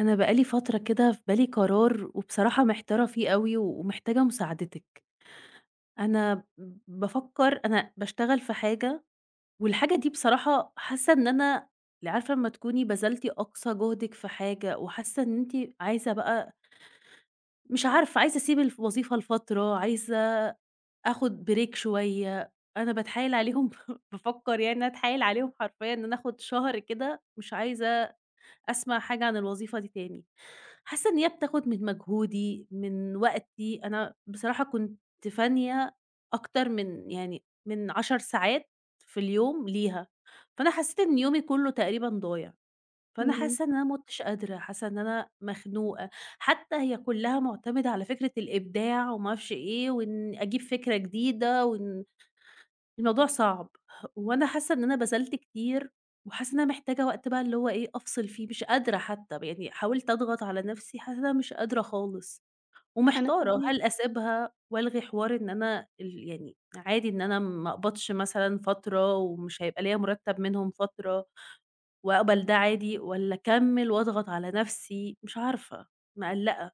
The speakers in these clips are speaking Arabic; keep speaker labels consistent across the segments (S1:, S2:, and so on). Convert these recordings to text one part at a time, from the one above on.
S1: أنا بقى لي فترة كده في بالي قرار وبصراحة محتارة فيه أوي ومحتاجة مساعدتِك. أنا بافكّر أنا باشتغل في حاجة والحاجة دي بصراحة حاسة إن أنا عارفة لمّا تكوني بذلتِ أقصى جهدِك في حاجة وحاسة إن أنتِ عايزة بقى مش عارفة، عايزة أسيب الوظيفة لفترة، عايزة آخُد break شوية، أنا باتحايل عليهم بافكّر يعني إن أنا أتحايل عليهم حرفيًا إن أنا آخُد شهر كده مش عايزة أسمع حاجة عن الوظيفة دي تاني. حاسة إن هي بتاخد من مجهودي، من وقتي، أنا بصراحة كنت فانية أكتر من 10 ساعات في اليوم ليها، فأنا حسيت إن يومي كله تقريبًا ضايع، فأنا
S2: إمم.
S1: حاسة إن أنا ما عُدتش قادرة، حاسة إن أنا مخنوقة، حتى هي كلها مُعتمدة على فكرة الإبداع وما أعرفش إيه، وإن أجيب فكرة جديدة وإن الموضوع صعب، وأنا حاسة إن أنا بذلت كتير، وحاسة إن أنا محتاجة وقت بقى اللي هو إيه، أفصل فيه، مش قادرة حتى، يعني حاولت أضغط على نفسي، حاسة إن أنا مش قادرة خالص،
S2: أنا
S1: ومحتارة
S2: فاهماكِ،
S1: هل أسيبها وألغي حوار إن أنا يعني عادي إن أنا ما أقبضش مثلًا فترة، ومش هيبقى ليّا مرتب منهم فترة، وأقبل ده عادي، والّا أكمل وأضغط على نفسي، مش عارفة، مقلقة.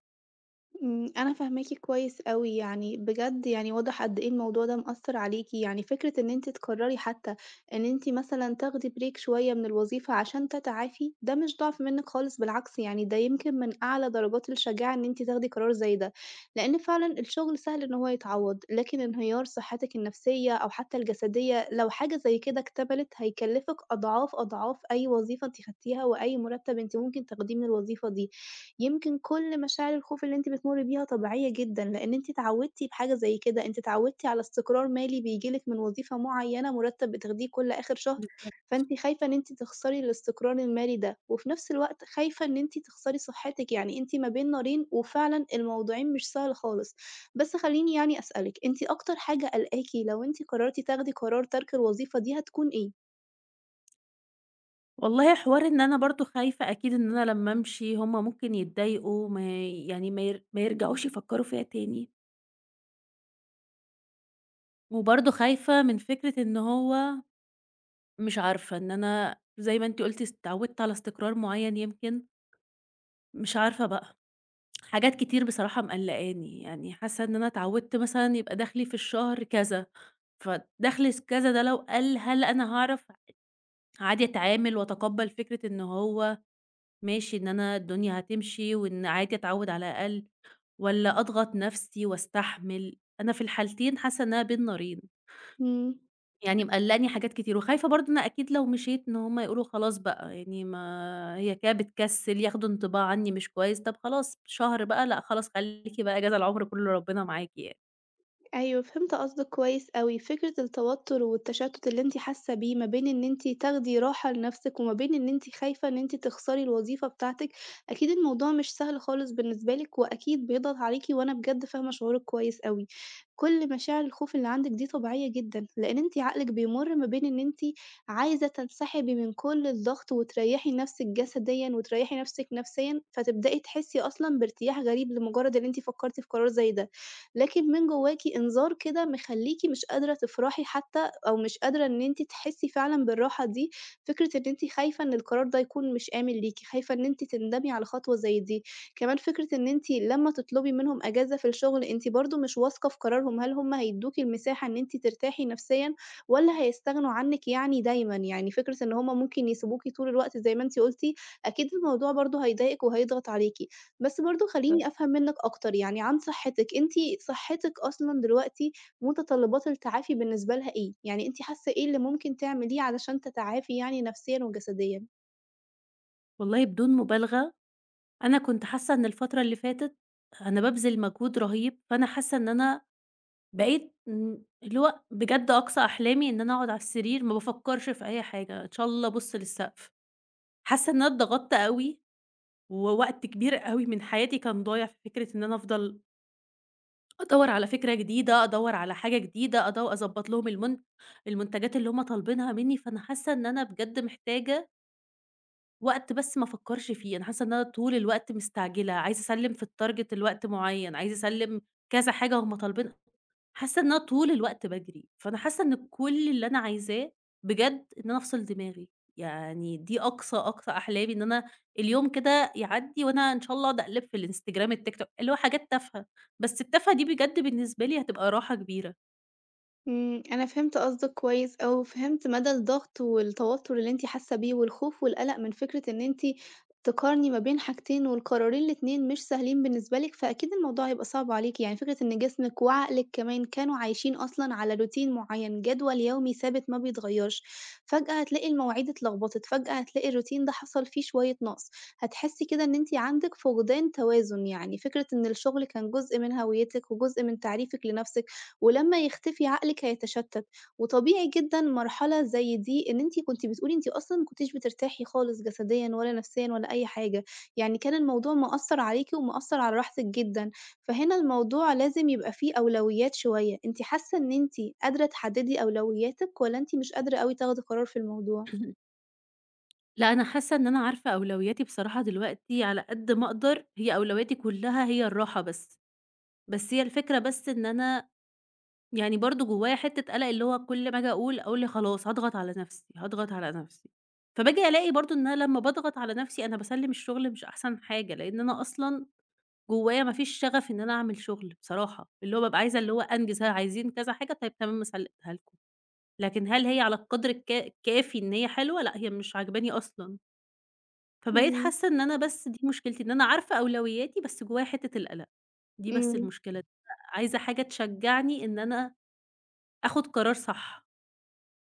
S2: أنا فاهماكِ كويس أوي، يعني بجد يعني واضح قد إيه الموضوع ده مأثّر عليكِ، يعني فكرة إن أنتِ تقرري حتى إن أنتِ مثلًا تاخدي break شوية من الوظيفة عشان تتعافي، ده مش ضعف منِّك خالص بالعكس، يعني ده يمكن من أعلى درجات الشجاعة إن أنتِ تاخدي قرار زي ده، لإن فعلًا الشغل سهل إن هو يتعوّض، لكن انهيار صحتِك النفسية أو حتى الجسدية لو حاجة زي كده اكتملت هيكلّفِك أضعاف، أضعاف أي وظيفة أنتِ خدتيها وأي مُرتّب أنتِ ممكن تاخديه من الوظيفة دي. يمكن كل مشاعر الخوف اللي أنتِ بتمُرّي بيها طبيعية جدًا، لإن أنتِ اتعوّدتِ بحاجة زي كده، أنتِ اتعوّدتِ على استقرار مالي بييجي لِك من وظيفة معيّنة، مُرتّب بتاخديه كل آخر شهر، فأنتِ خايفة إن أنتِ تخسري الاستقرار المالي ده، وفي نفس الوقت خايفة إن أنتِ تخسري صحتِك، يعني أنتِ ما بين نارين، وفعلًا الموضوعين مش سهل خالص. بس خلّيني يعني أسألِك، أنتِ أكتر حاجة قلقاكِ لو أنتِ قررتِ تاخدي قرار ترك الوظيفة دي هتكون إيه؟
S1: والله حوار إن أنا برضه خايفة أكيد إن أنا لمّا أمشي هُم ممكن يتضايقوا ما يعني ما يرجعوش يفكّروا فيّا تاني، وبرضه خايفة من فكرة إن هو مش عارفة إن أنا زي ما أنتِ قُلتِ اتعوّدت على استقرار معيّن يمكن، مش عارفة بقى، حاجات كتير بصراحة مقلّقاني، يعني حاسة إن أنا اتعوّدت مثلًا يبقى دخلي في الشهر كذا، فدخل س كذا ده لو قَل هل أنا هاعرف عادي أتعامل وأتقبّل فكرة إن هو ماشي إن أنا الدنيا هتمشي وإن عادي أتعوّد على أقل؟ والّا أضغط نفسي وأستحمل؟ أنا في الحالتين حاسة إنها بين نارين،
S2: إمم.
S1: يعني مقلّقاني حاجات كتير، وخايفة برضه إن أكيد لو مشيت إن هُم يقولوا خلاص بقى يعني ما هي كده بتكسّل، ياخدوا انطباع عني مش كويس، طب خلاص شهر بقى لأ خلاص خلّيكِ بقى إجازة العمر كُلّه ربنا معاكِ يعني.
S2: أيوه، فهمت قصدِك كويس أوي، فكرة التوتُّر والتشتُّت اللي أنتِ حاسة بيه ما بين إن أنتِ تاخدي راحة لنَفْسِك وما بين إن أنتِ خايفة إن أنتِ تخسري الوظيفة بتاعتِك، أكيد الموضوع مش سهل خالص بالنسبة لِك وأكيد بيضغط عليكِ وأنا بجد فاهمة شعورِك كويس أوي. كل مشاعر الخوف اللي عندِك دي طبيعية جدًا، لإن أنتِ عقلِك بيمُر ما بين إن أنتِ عايزة تنسحبي من كل الضغط وتريّحي نَفْسِك جسديًا وتريّحي نَفْسِك نفسيًا، فتبدئي تحسّي أصلًا بارتياح غريب لمُجرّد إن أنتِ فكّرتِ في قرار زي ده. لكن من جواكِ إنذار كده مخلّيكِ مش قادرة تفرحي حتى أو مش قادرة إن أنتِ تحسّي فعلًا بالراحة دي، فكرة إن أنتِ خايفة إن القرار ده يكون مش آمن ليكِ، خايفة إن أنتِ تندمي على خطوة زي دي، كمان فكرة إن أنتِ لمّا تطلبي منهم أجازة في الشغل، أنتِ برضه مش واثقة في قرارهم، هل هم هيدّوكِ المساحة إن أنتِ ترتاحي نفسيًا والّا هيستغنوا عنِّك يعني دايمًا؟ يعني فكرة إن هم ممكن يسيبوكِ طول الوقت زي ما أنتِ قُلتِ، أكيد الموضوع برضه هيضايقِك وهيضغط عليكِ. بس برضه
S1: بالضبط.
S2: خلّيني أفهم منِّك أكتر يعني عن صحتِك، أنتِ صحتِك أصلًا دلوقتي متطلبات التعافي بالنسبة لها إيه؟ يعني أنتِ حاسة إيه اللي ممكن تعمليه علشان تتعافي يعني نفسيًا وجسديًا؟
S1: والله بدون مبالغة أنا كنت حاسة إن الفترة اللي فاتت أنا بابذل مجهود رهيب، فأنا حاسة إن أنا بقيت اللي هو بجد أقصى أحلامي إن أنا أقعد على السرير ما بافكّرش في أي حاجة، إن شاء الله أبُص للسقف. حاسة إن أنا اتضغطت أوي، ووقت كبير أوي من حياتي كان ضايع في فكرة إن أنا أفضل أدوّر على فكرة جديدة، أدوّر على حاجة جديدة، أضبّط لهم المنتجات اللي هُم طالبينها منّي، فأنا حاسة إن أنا بجد محتاجة وقت بس ما أفكّرش فيه، أنا حاسة إن أنا طول الوقت مستعجلة، عايزة أسلّم في الtarget لوقت معيّن، عايزة أسلّم كذا حاجة هُم طالبين حاسة إن أنا طول الوقت باجري، فأنا حاسة إن كل اللي أنا عايزاه بجد إن أنا أفصل دماغي، يعني دي أقصى، أقصى أحلامي إن أنا اليوم كده يعدّي وأنا إن شاء الله أقعد أقلِب في الإنستجرام، التيك توك، اللي هو حاجات تافهة، بس التافهة دي بجد بالنسبة لي هتبقى راحة كبيرة.
S2: إمم، أنا فهمت قصدِك كويس أوي، وفهمت مدى الضغط والتوتر اللي أنتِ حاسة بيه، والخوف والقلق من فكرة إن أنتِ تقارني ما بين حاجتين، والقرارين الاتنين مش سهلين بالنسبة لِك، فأكيد الموضوع هيبقى صعب عليكِ، يعني فكرة إن جسمِك وعقلِك كمان كانوا عايشين أصلًا على روتين معين، جدول يومي ثابت ما بيتغيرش، فجأة هتلاقي المواعيد اتلخبطت، فجأة هتلاقي الروتين ده حصل فيه شوية نقص، هتحسي كده إن أنتِ عندِك فقدان توازن، يعني فكرة إن الشغل كان جزء من هويتِك وجزء من تعريفِك لنفسِك. ولمّا يختفي عقلِك هيتشتت، وطبيعي جدًا مرحلة زي دي إن أنتِ كنتِ بتقولي أنتِ أصلًا ما كنتيش بترتاحي خالص جسديًا ولا نفسيًا ولا أي حاجة، يعني كان الموضوع مأثّر عليكِ ومأثّر على راحتِك جدًا، فهنا الموضوع لازم يبقى فيه أولويات شوية، أنتِ حاسة إن أنتِ قادرة تحددي أولوياتِك والّا أنتِ مش قادرة أوي تاخدي قرار في الموضوع؟
S1: لأ، أنا حاسة إن أنا عارفة أولوياتي بصراحة دلوقتي على قد ما أقدر، هي أولوياتي كلها هي الراحة بس، بس هي الفكرة بس إن أنا يعني برضه جوايا حتّة قَلَق اللي هو كل ما آجي أقول، أقول لي خلاص هاضغط على نَفْسي، هاضغط على نَفْسي. فباجي ألاقي برضه إن أنا لمّا باضغط على نَفْسي أنا باسلِّم الشغل مش أحسن حاجة، لإن أنا أصلًا جوايا ما فيش شغف إن أنا أعمل شغل بصراحة، اللي هو بابقى عايزة اللي هو أنجز، ها عايزين كذا حاجة، طيب تمام سلِّمتها لكم، لكن هل هي على القدر الكافي إن هي حلوة؟ لأ، هي مش عاجباني أصلًا. فبقيت
S2: إمم،
S1: حاسة إن أنا بس دي مشكلتي، إن أنا عارفة أولوياتي بس جوايا حتّة القَلَق، دي بس
S2: إمم.
S1: المشكلة، عايزة حاجة تشجّعني إن أنا آخُد قرار صح.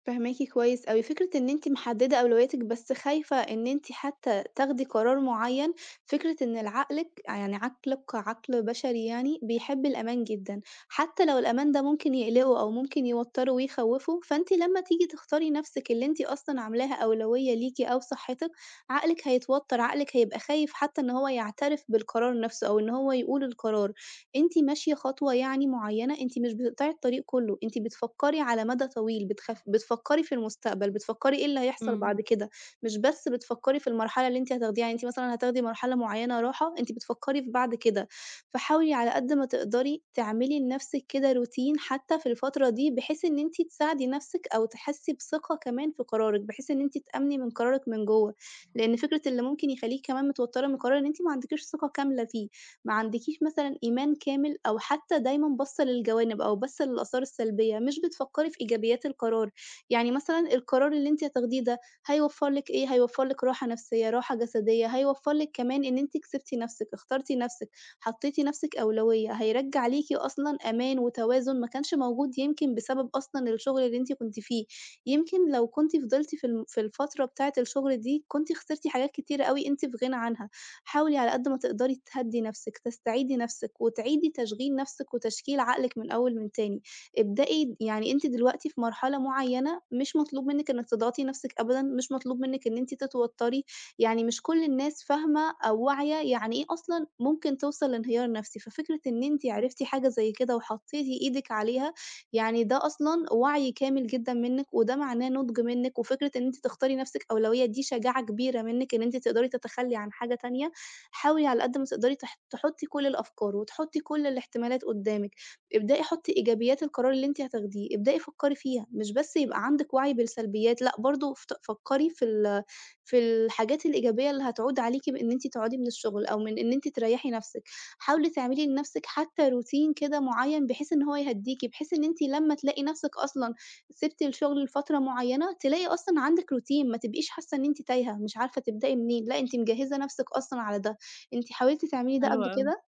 S2: فاهماكِ كويس أوي، فكرة إن أنتِ محددة أولوياتِك بس خايفة إن أنتِ حتى تاخدي قرار معين، فكرة إن العقلِك يعني عقلِك كعقل بشري يعني بيحب الأمان جدًا، حتى لو الأمان ده ممكن يقلقه أو ممكن يوتّره ويخوّفه، فأنتِ لمّا تيجي تختاري نفسِك اللي أنتِ أصلًا عاملاها أولوية ليكِ أو صحتِك، عقلِك هيتوتر، عقلِك هيبقى خايف حتى إن هو يعترف بالقرار نفسه أو إن هو يقول القرار. أنتِ ماشية خطوة يعني معيّنة، أنتِ مش بتقطعي الطريق كُلّه، أنتِ بتفكّري على مدى طويل، بتفكّري في المستقبل، بتفكّري إيه اللي هيحصل
S1: إمم،
S2: بعد كده، مش بس بتفكّري في المرحلة اللي أنتِ هتاخديها، يعني أنتِ مثلًا هتاخدي مرحلة معيّنة راحة، أنتِ بتفكّري في بعد كده، فحاولي على قد ما تقدري تعملي لنَفْسِك كده روتين حتى في الفترة دي، بحيث إن أنتِ تساعدي نَفْسِك أو تحسّي بثقة كمان في قرارِك، بحيث إن أنتِ تأمني من قرارِك من جوّه، لإن فكرة اللي ممكن يخلّيكِ كمان متوتّرة من القرار إن أنتِ ما عندكيش ثقة كاملة فيه. ما عندكيش مثلًا إيمان كامل أو حتى دايمًا باصة للجوانب أو باصة للآثار السلبية، مش بتفكّري في إيجابيات القرار، يعني مثلًا القرار اللي أنتِ هتاخديه ده هيوفّر لِك إيه، هيوفّر لِك راحة نفسية، راحة جسدية، هيوفّر لِك كمان إن أنتِ كسبتِ نفسِك، اخترتِ نفسِك، حطيتِ نفسِك أولوية، هيرجّع ليكِ أصلًا أمان وتوازن ما كانش موجود يمكن بسبب أصلًا الشغل اللي أنتِ كنتِ فيه، يمكن لو كنتِ فضلتِ في الفترة بتاعة الشغل دي كنتِ خسرتِ حاجات كتيرة أوي أنتِ في غنى عنها. حاولي على قد ما تقدري تهدّي نَفْسِك، تستعيدي نَفْسِك، وتعيدي تشغيل نَفْسِك وتشكيل عقلِك من أول من تاني. ابدئي يعني أنتِ دلوقتي في مرحلة معيّنة مش مطلوب منِّك إنِّك تضغطي نَفْسِك أبدًا، مش مطلوب منِّك إن أنتِ تتوتّري، يعني مش كل الناس فاهمة أو واعية يعني إيه أصلًا ممكن توصل لانهيار نَفْسي، ففكرة إن أنتِ عرفتِ حاجة زي كده وحطّيتِ إيدِك عليها، يعني ده أصلًا وعي كامل جدًا منِّك وده معناه نُضْج منِّك، وفكرة إن أنتِ تختاري نَفْسِك أولوية دي شجاعة كبيرة منِّك إن أنتِ تقدري تتخلّي عن حاجة تانية حاولي على قد ما تقدري تحطّي كل الأفكار، وتحطّي كل الاحتمالات قدّامِك، ابدئي حطّي إيجابيات القرار اللي أنتِ هتاخديه، ابدئي فكّري فيها، مش بس يبقى عندِك وعي بالسلبيات، لأ برضه فكّري في الحاجات الإيجابية اللي هتعود عليكِ بإن أنتِ تقعدي من الشغل أو من إن أنتِ تريّحي نَفْسِك، حاولي تعملي لنَفْسِك حتى روتين كده معيّن بحيث إن هو يهدّيكِ، بحيث إن أنتِ لمّا تلاقي نَفْسِك أصلًا سِبتِ الشغل لفترة معيّنة، تلاقي أصلًا عندِك روتين، ما تبقيش حاسّة إن أنتِ تايهة، مش عارفة تبدئي منين، لأ أنتِ مجهّزة نَفْسِك أصلًا على ده. أنتِ حاولتِ تعملي ده
S1: حلو
S2: قبل
S1: أوي.
S2: كده؟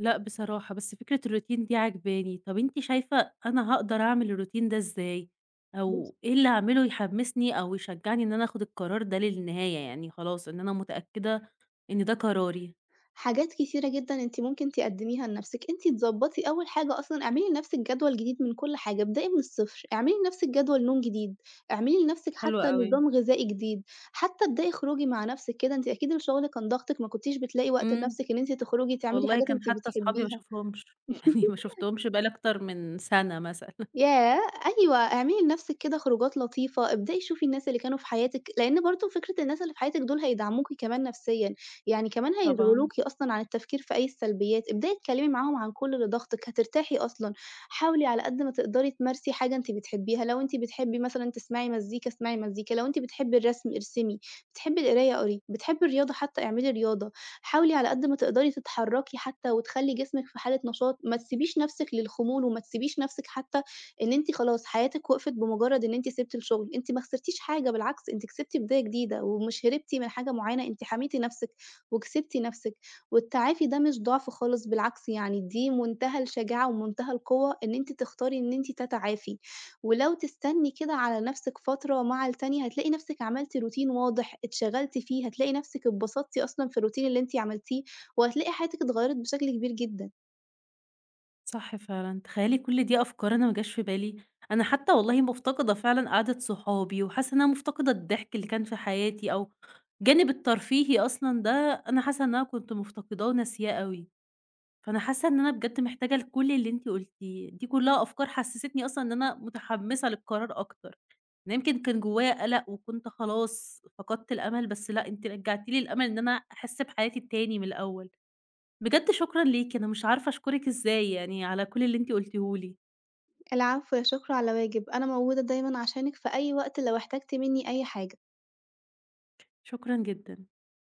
S1: لأ بصراحة، بس فكرة الروتين دي عاجباني. طب أنتِ شايفة أنا هاقدر أعمل الروتين ده إزاي؟
S2: بُصي،
S1: أو إيه اللي أعمله يحمسني أو يشجعني إن أنا آخد القرار ده للنهاية، يعني خلاص إن أنا متأكدة إن ده قراري؟
S2: حاجات كتيرة جدًا أنتِ ممكن تقدّميها لنَفْسِك، أنتِ تضبّطي أول حاجة أصلًا اعملي لنَفْسِك جدول جديد من كل حاجة، ابدئي من الصفر، اعملي لنَفْسِك جدول نوم جديد، اعملي لنَفْسِك
S1: حلو
S2: حتى
S1: أوي.
S2: نظام غذائي جديد، حتى ابدئي اخرجي مع نَفْسِك كده، أنتِ أكيد الشغل كان ضاغطِك ما كنتيش بتلاقي وقت
S1: إمم،
S2: لنَفْسِك إن أنتِ تخرجي تعملي
S1: والله
S2: حاجات
S1: كان
S2: أنتِ
S1: حتى أصحابي ما
S2: بتحبيها.
S1: أشوفهمش، يعني ما شُفتهمش بقى لي أكتر من سنة مثلًا.
S2: ياه! أيوه، اعملي لنفسِك كده خروجات لطيفة، ابدئي شوفي الناس اللي كانوا في حياتِك، لإن برضه فكرة الناس اللي في حياتِك دول هيدعموكِ كمان نفسيًا، يعني كمان
S1: طبعًا.
S2: هيشغلوكِ أصلًا عن التفكير في أي السلبيات، ابدئي اتكلمي معاهم عن كل اللي ضاغطِك، هترتاحي أصلًا، حاولي على قد ما تقدري تمارسي حاجة أنتِ بتحبيها، لو أنتِ بتحبي مثلًا تسمعي مزيكا، اسمعي مزيكا، لو أنتِ بتحبي الرسم ارسمي، بتحبي القراية قري، بتحبي الرياضة حتى اعملي رياضة، حاولي على قد ما تقدري تتحركي حتى وتخلّي جسمِك في حالة نشاط، ما تسيبيش نفسِك للخمول وما تسيبيش نفسِك حتى إن أنتِ خلاص حياتِك وقفت بمجرد إن أنتِ سِبتِ الشغل، أنتِ ما خسرتيش حاجة بالعكس أنتِ كسبتِ بداية جديدة، ومش هربتِ من حاجة معينة، أنتِ حميتِ نفسِك وكسبتِ نفسِك، والتعافي ده مش ضعف خالص بالعكس يعني دي منتهى الشجاعة ومنتهى القوة إن أنتِ تختاري إن أنتِ تتعافي، ولو تستني كده على نفسِك فترة مع التانية هتلاقي نفسِك عملتِ روتين واضح اتشغلتِ فيه، هتلاقي نفسِك اتبسطتِ أصلًا في الروتين اللي أنتِ عملتيه، وهتلاقي حياتِك اتغيرت بشكل كبير جدًا.
S1: صح فعلًا، تخيّلي كل دي أفكار أنا ما جاش في بالي، أنا حتى والله مفتقدة فعلًا قعدة صحابي، وحاسة إن أنا مفتقدة الضحك اللي كان في حياتي، أو الجانب الترفيهي أصلًا ده أنا حاسة إن أنا كنت مفتقداه وناسياه أوي، فأنا حاسة إن أنا بجد محتاجة لكل اللي أنتِ قُلتيه، دي كلها أفكار حسستني أصلًا إن أنا متحمسة للقرار أكتر، أنا يمكن كان جوايا قلق وكنت خلاص فقدت الأمل، بس لأ أنتِ رجعتِ لي الأمل إن أنا أحس بحياتي تاني من الأول. بجد شكرًا ليكِ، أنا مش عارفة أشكرِك إزاي يعني على كل اللي أنتِ قلتيه لي،
S2: العفو، لا شكر على واجب، أنا موجودة دايمًا عشانِك في أي وقت لو احتجتِ منّي أي حاجة.
S1: شكرًا جدًا.